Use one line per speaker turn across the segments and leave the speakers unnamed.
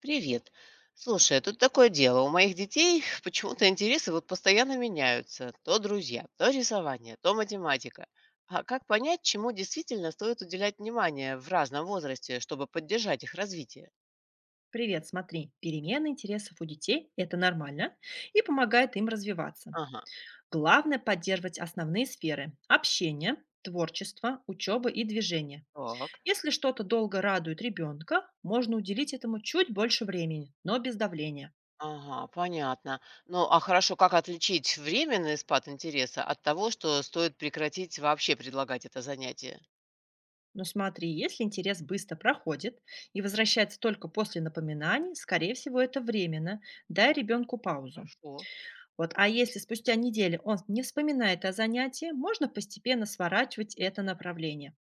Привет. Слушай, а тут такое дело. У моих детей почему-то интересы вот постоянно меняются. То друзья, то рисование, то математика. А как понять, чему действительно стоит уделять внимание в разном возрасте, чтобы поддержать их развитие?
Привет, смотри, перемены интересов у детей – это нормально и помогает им развиваться.
Ага,
Главное – поддерживать основные сферы – общение, творчество, учеба и движение.
так.
Если что-то долго радует ребенка, можно уделить этому чуть больше времени, но без давления.
Ага, понятно. Ну, а хорошо, как отличить временный спад интереса от того, что стоит прекратить вообще предлагать это занятие?
Но смотри, если интерес быстро проходит и возвращается только после напоминаний, скорее всего, это временно. Дай ребенку паузу.
Хорошо,
Вот, а если спустя неделю он не вспоминает о занятии, можно постепенно сворачивать это направление.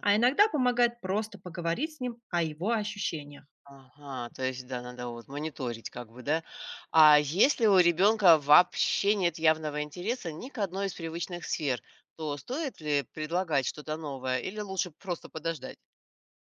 А иногда помогает просто поговорить с ним о его ощущениях.
Ага, то есть, да, надо вот мониторить как бы, да? А если у ребенка вообще нет явного интереса ни к одной из привычных сфер, то стоит ли предлагать что-то новое или лучше просто подождать?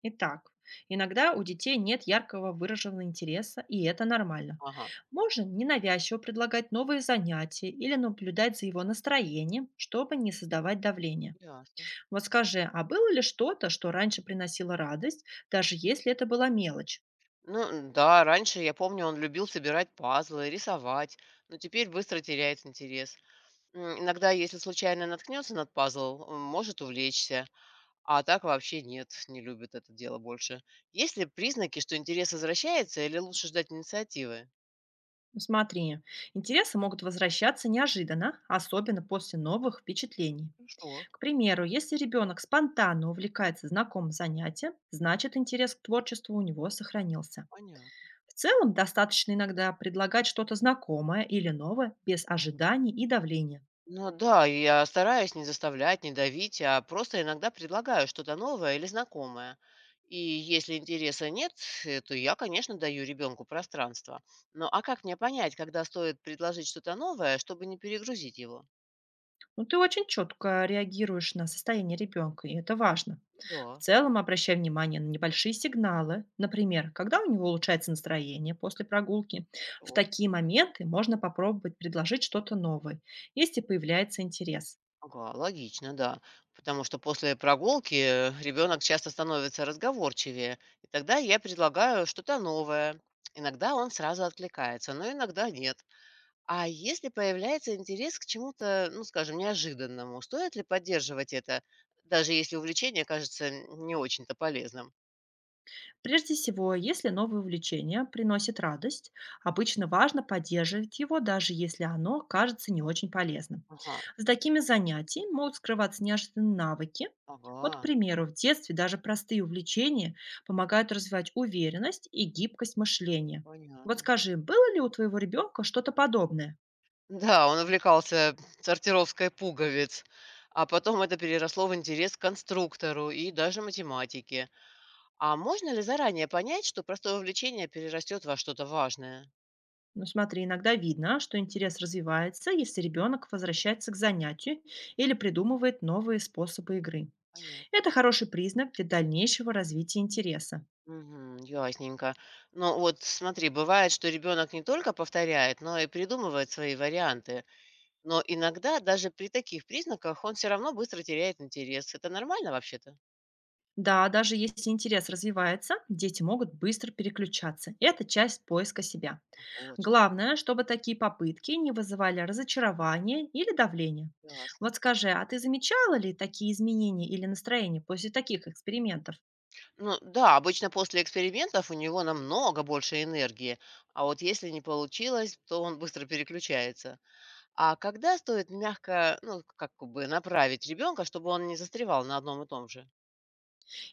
Итак, иногда у детей нет яркого выраженного интереса, и это нормально.
Ага,
Можно ненавязчиво предлагать новые занятия или наблюдать за его настроением, чтобы не создавать давления.
ясно.
Вот скажи, а было ли что-то, что раньше приносило радость, даже если это была мелочь?
Ну да, раньше, я помню, он любил собирать пазлы, рисовать, но теперь быстро теряет интерес. Иногда, если случайно наткнется на пазл, может увлечься. А так вообще нет, не любит это дело больше. Есть ли признаки, что интерес возвращается, или лучше ждать инициативы?
Ну, смотри, интересы могут возвращаться неожиданно, особенно после новых впечатлений.
Хорошо,
К примеру, если ребенок спонтанно увлекается знакомым занятием, значит интерес к творчеству у него сохранился.
понятно.
В целом, достаточно иногда предлагать что-то знакомое или новое без ожиданий и давления.
Ну да, я стараюсь не заставлять, не давить, а просто иногда предлагаю что-то новое или знакомое. И если интереса нет, то я, конечно, даю ребенку пространство. Но а как мне понять, когда стоит предложить что-то новое, чтобы не перегрузить его?
Но ты очень четко реагируешь на состояние ребенка, и это важно. В
Да,
целом, обращай внимание на небольшие сигналы, например, когда у него улучшается настроение после прогулки. В
хорошо.
такие моменты можно попробовать предложить что-то новое, если появляется интерес.
Ага, логично, да. Потому что после прогулки ребенок часто становится разговорчивее, и тогда я предлагаю что-то новое. Иногда он сразу откликается, но иногда нет. А если появляется интерес к чему-то, ну, скажем, неожиданному, стоит ли поддерживать это, даже если увлечение кажется не очень-то полезным?
Прежде всего, если новое увлечение приносит радость, обычно важно поддерживать его, даже если оно кажется не очень полезным.
Ага,
За такими занятиями могут скрываться неожиданные навыки. Вот, к
ага,
примеру, в детстве даже простые увлечения помогают развивать уверенность и гибкость мышления. Вот
понятно.
скажи, было ли у твоего ребенка что-то подобное?
Да, он увлекался сортировкой пуговиц, а потом это переросло в интерес к конструктору и даже математике. А можно ли заранее понять, что простое увлечение перерастет во что-то важное?
Ну смотри, иногда видно, что интерес развивается, если ребенок возвращается к занятию или придумывает новые способы игры.
Понятно.
Это хороший признак для дальнейшего развития интереса.
Мгм, ясненько. Ну вот смотри, бывает, что ребенок не только повторяет, но и придумывает свои варианты. Но иногда даже при таких признаках он все равно быстро теряет интерес. Это нормально вообще-то?
Да, даже если интерес развивается, дети могут быстро переключаться. Это часть поиска себя.
Ах, вот что.
Главное, чтобы такие попытки не вызывали разочарования или давления.
Ясно.
Вот скажи, а ты замечала ли такие изменения или настроения после таких экспериментов?
Ну да, обычно после экспериментов у него намного больше энергии, а вот если не получилось, то он быстро переключается. А когда стоит мягко, ну, как бы направить ребенка, чтобы он не застревал на одном и том же?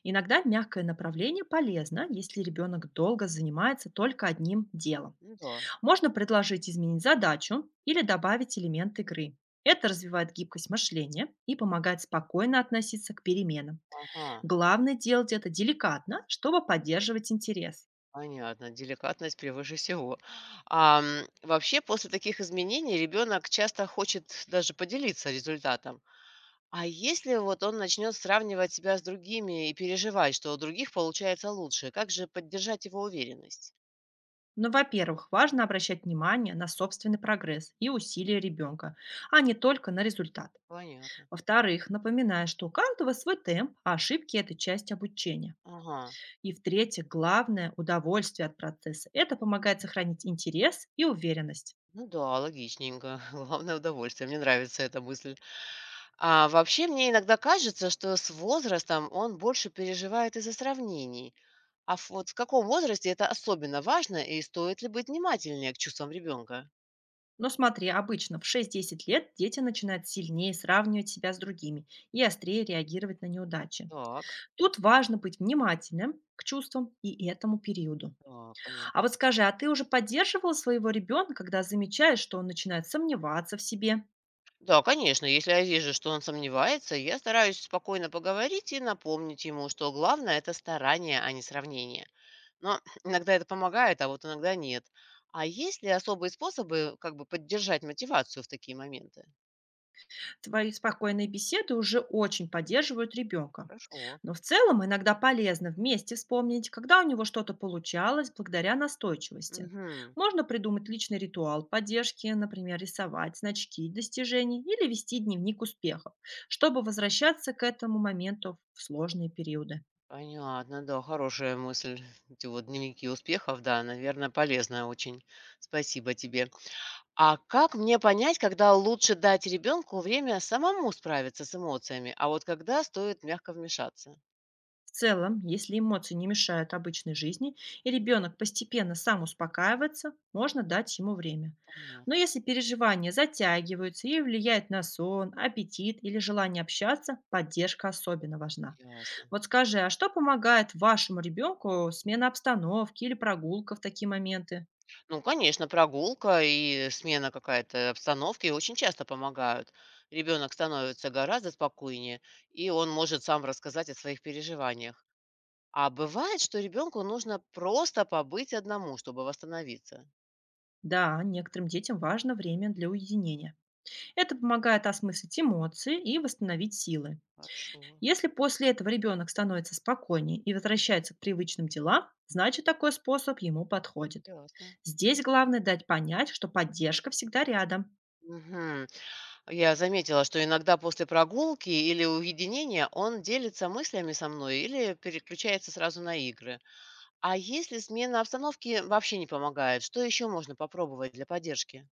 Иногда мягкое направление полезно, если ребенок долго занимается только одним делом.
Ну да.
Можно предложить изменить задачу или добавить элемент игры. Это развивает гибкость мышления и помогает спокойно относиться к переменам.
Ага,
Главное делать это деликатно, чтобы поддерживать интерес.
понятно. Деликатность превыше всего. Вообще, после таких изменений ребенок часто хочет даже поделиться результатом. А если вот он начнет сравнивать себя с другими и переживать, что у других получается лучше, как же поддержать его уверенность?
Но, во-первых, важно обращать внимание на собственный прогресс и усилия ребенка, а не только на результат.
Понятно.
Во-вторых, напоминая, что у каждого свой темп, а ошибки – это часть обучения.
Ага.
И, в-третьих, главное – удовольствие от процесса. Это помогает сохранить интерес и уверенность.
Ну да, логичненько. Главное удовольствие. Мне нравится эта мысль. А вообще мне иногда кажется, что с возрастом он больше переживает из-за сравнений. Вот в каком возрасте это особенно важно и стоит ли быть внимательнее к чувствам ребенка?
Но смотри, обычно в 6-10 лет дети начинают сильнее сравнивать себя с другими и острее реагировать на неудачи.
Так,
Тут важно быть внимательным к чувствам и этому периоду.
так,
А
понятно.
вот скажи, а ты уже поддерживала своего ребенка, когда замечаешь, что он начинает сомневаться в себе?
Да, конечно, если я вижу, что он сомневается, я стараюсь спокойно поговорить и напомнить ему, что главное– это старание, а не сравнение. Но иногда это помогает, а вот иногда нет. А есть ли особые способы как бы поддержать мотивацию в такие моменты?
Твои спокойные беседы уже очень поддерживают ребенка.
Хорошо.
Но в целом иногда полезно вместе вспомнить, когда у него что-то получалось благодаря настойчивости.
Мгм.
Можно придумать личный ритуал поддержки, например, рисовать значки достижений или вести дневник успехов, чтобы возвращаться к этому моменту в сложные периоды.
Понятно, да, хорошая мысль. Эти вот дневники успехов, да, наверное, полезная очень. Спасибо тебе. А как мне понять, когда лучше дать ребенку время самому справиться с эмоциями, а вот когда стоит мягко вмешаться?
В целом, если эмоции не мешают обычной жизни и ребенок постепенно сам успокаивается, можно дать ему время. Но
Понятно,
если переживания затягиваются и влияют на сон, аппетит или желание общаться, поддержка особенно важна.
ясно.
Вот скажи, а что помогает вашему ребенку смена обстановки или прогулка в такие моменты?
Ну, конечно, прогулка и смена какая-то обстановки очень часто помогают. Ребенок становится гораздо спокойнее, и он может сам рассказать о своих переживаниях. А бывает, что ребенку нужно просто побыть одному, чтобы восстановиться.
Да, некоторым детям важно время для уединения. Это помогает осмыслить эмоции и восстановить силы.
Хорошо,
Если после этого ребенок становится спокойнее и возвращается к привычным делам, значит такой способ ему подходит.
ясно.
Здесь главное дать понять, что поддержка всегда рядом.
Мгм. Я заметила, что иногда после прогулки или уединения он делится мыслями со мной или переключается сразу на игры. А если смена обстановки вообще не помогает, что еще можно попробовать для поддержки?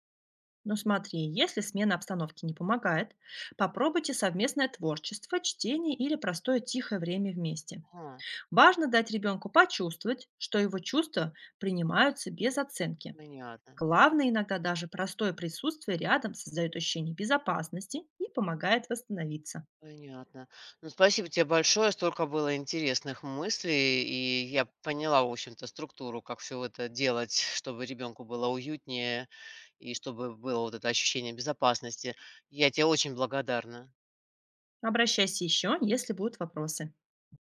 Но смотри, если смена обстановки не помогает, попробуйте совместное творчество, чтение или простое тихое время вместе.
Ага,
Важно дать ребенку почувствовать, что его чувства принимаются без оценки.
понятно,
Главное, иногда даже простое присутствие рядом создает ощущение безопасности и помогает восстановиться.
понятно. Ну, спасибо тебе большое, столько было интересных мыслей, и я поняла, в общем-то, структуру, как все это делать, чтобы ребенку было уютнее и чтобы было вот это ощущение безопасности. Я тебе очень благодарна.
Обращайся еще, если будут вопросы.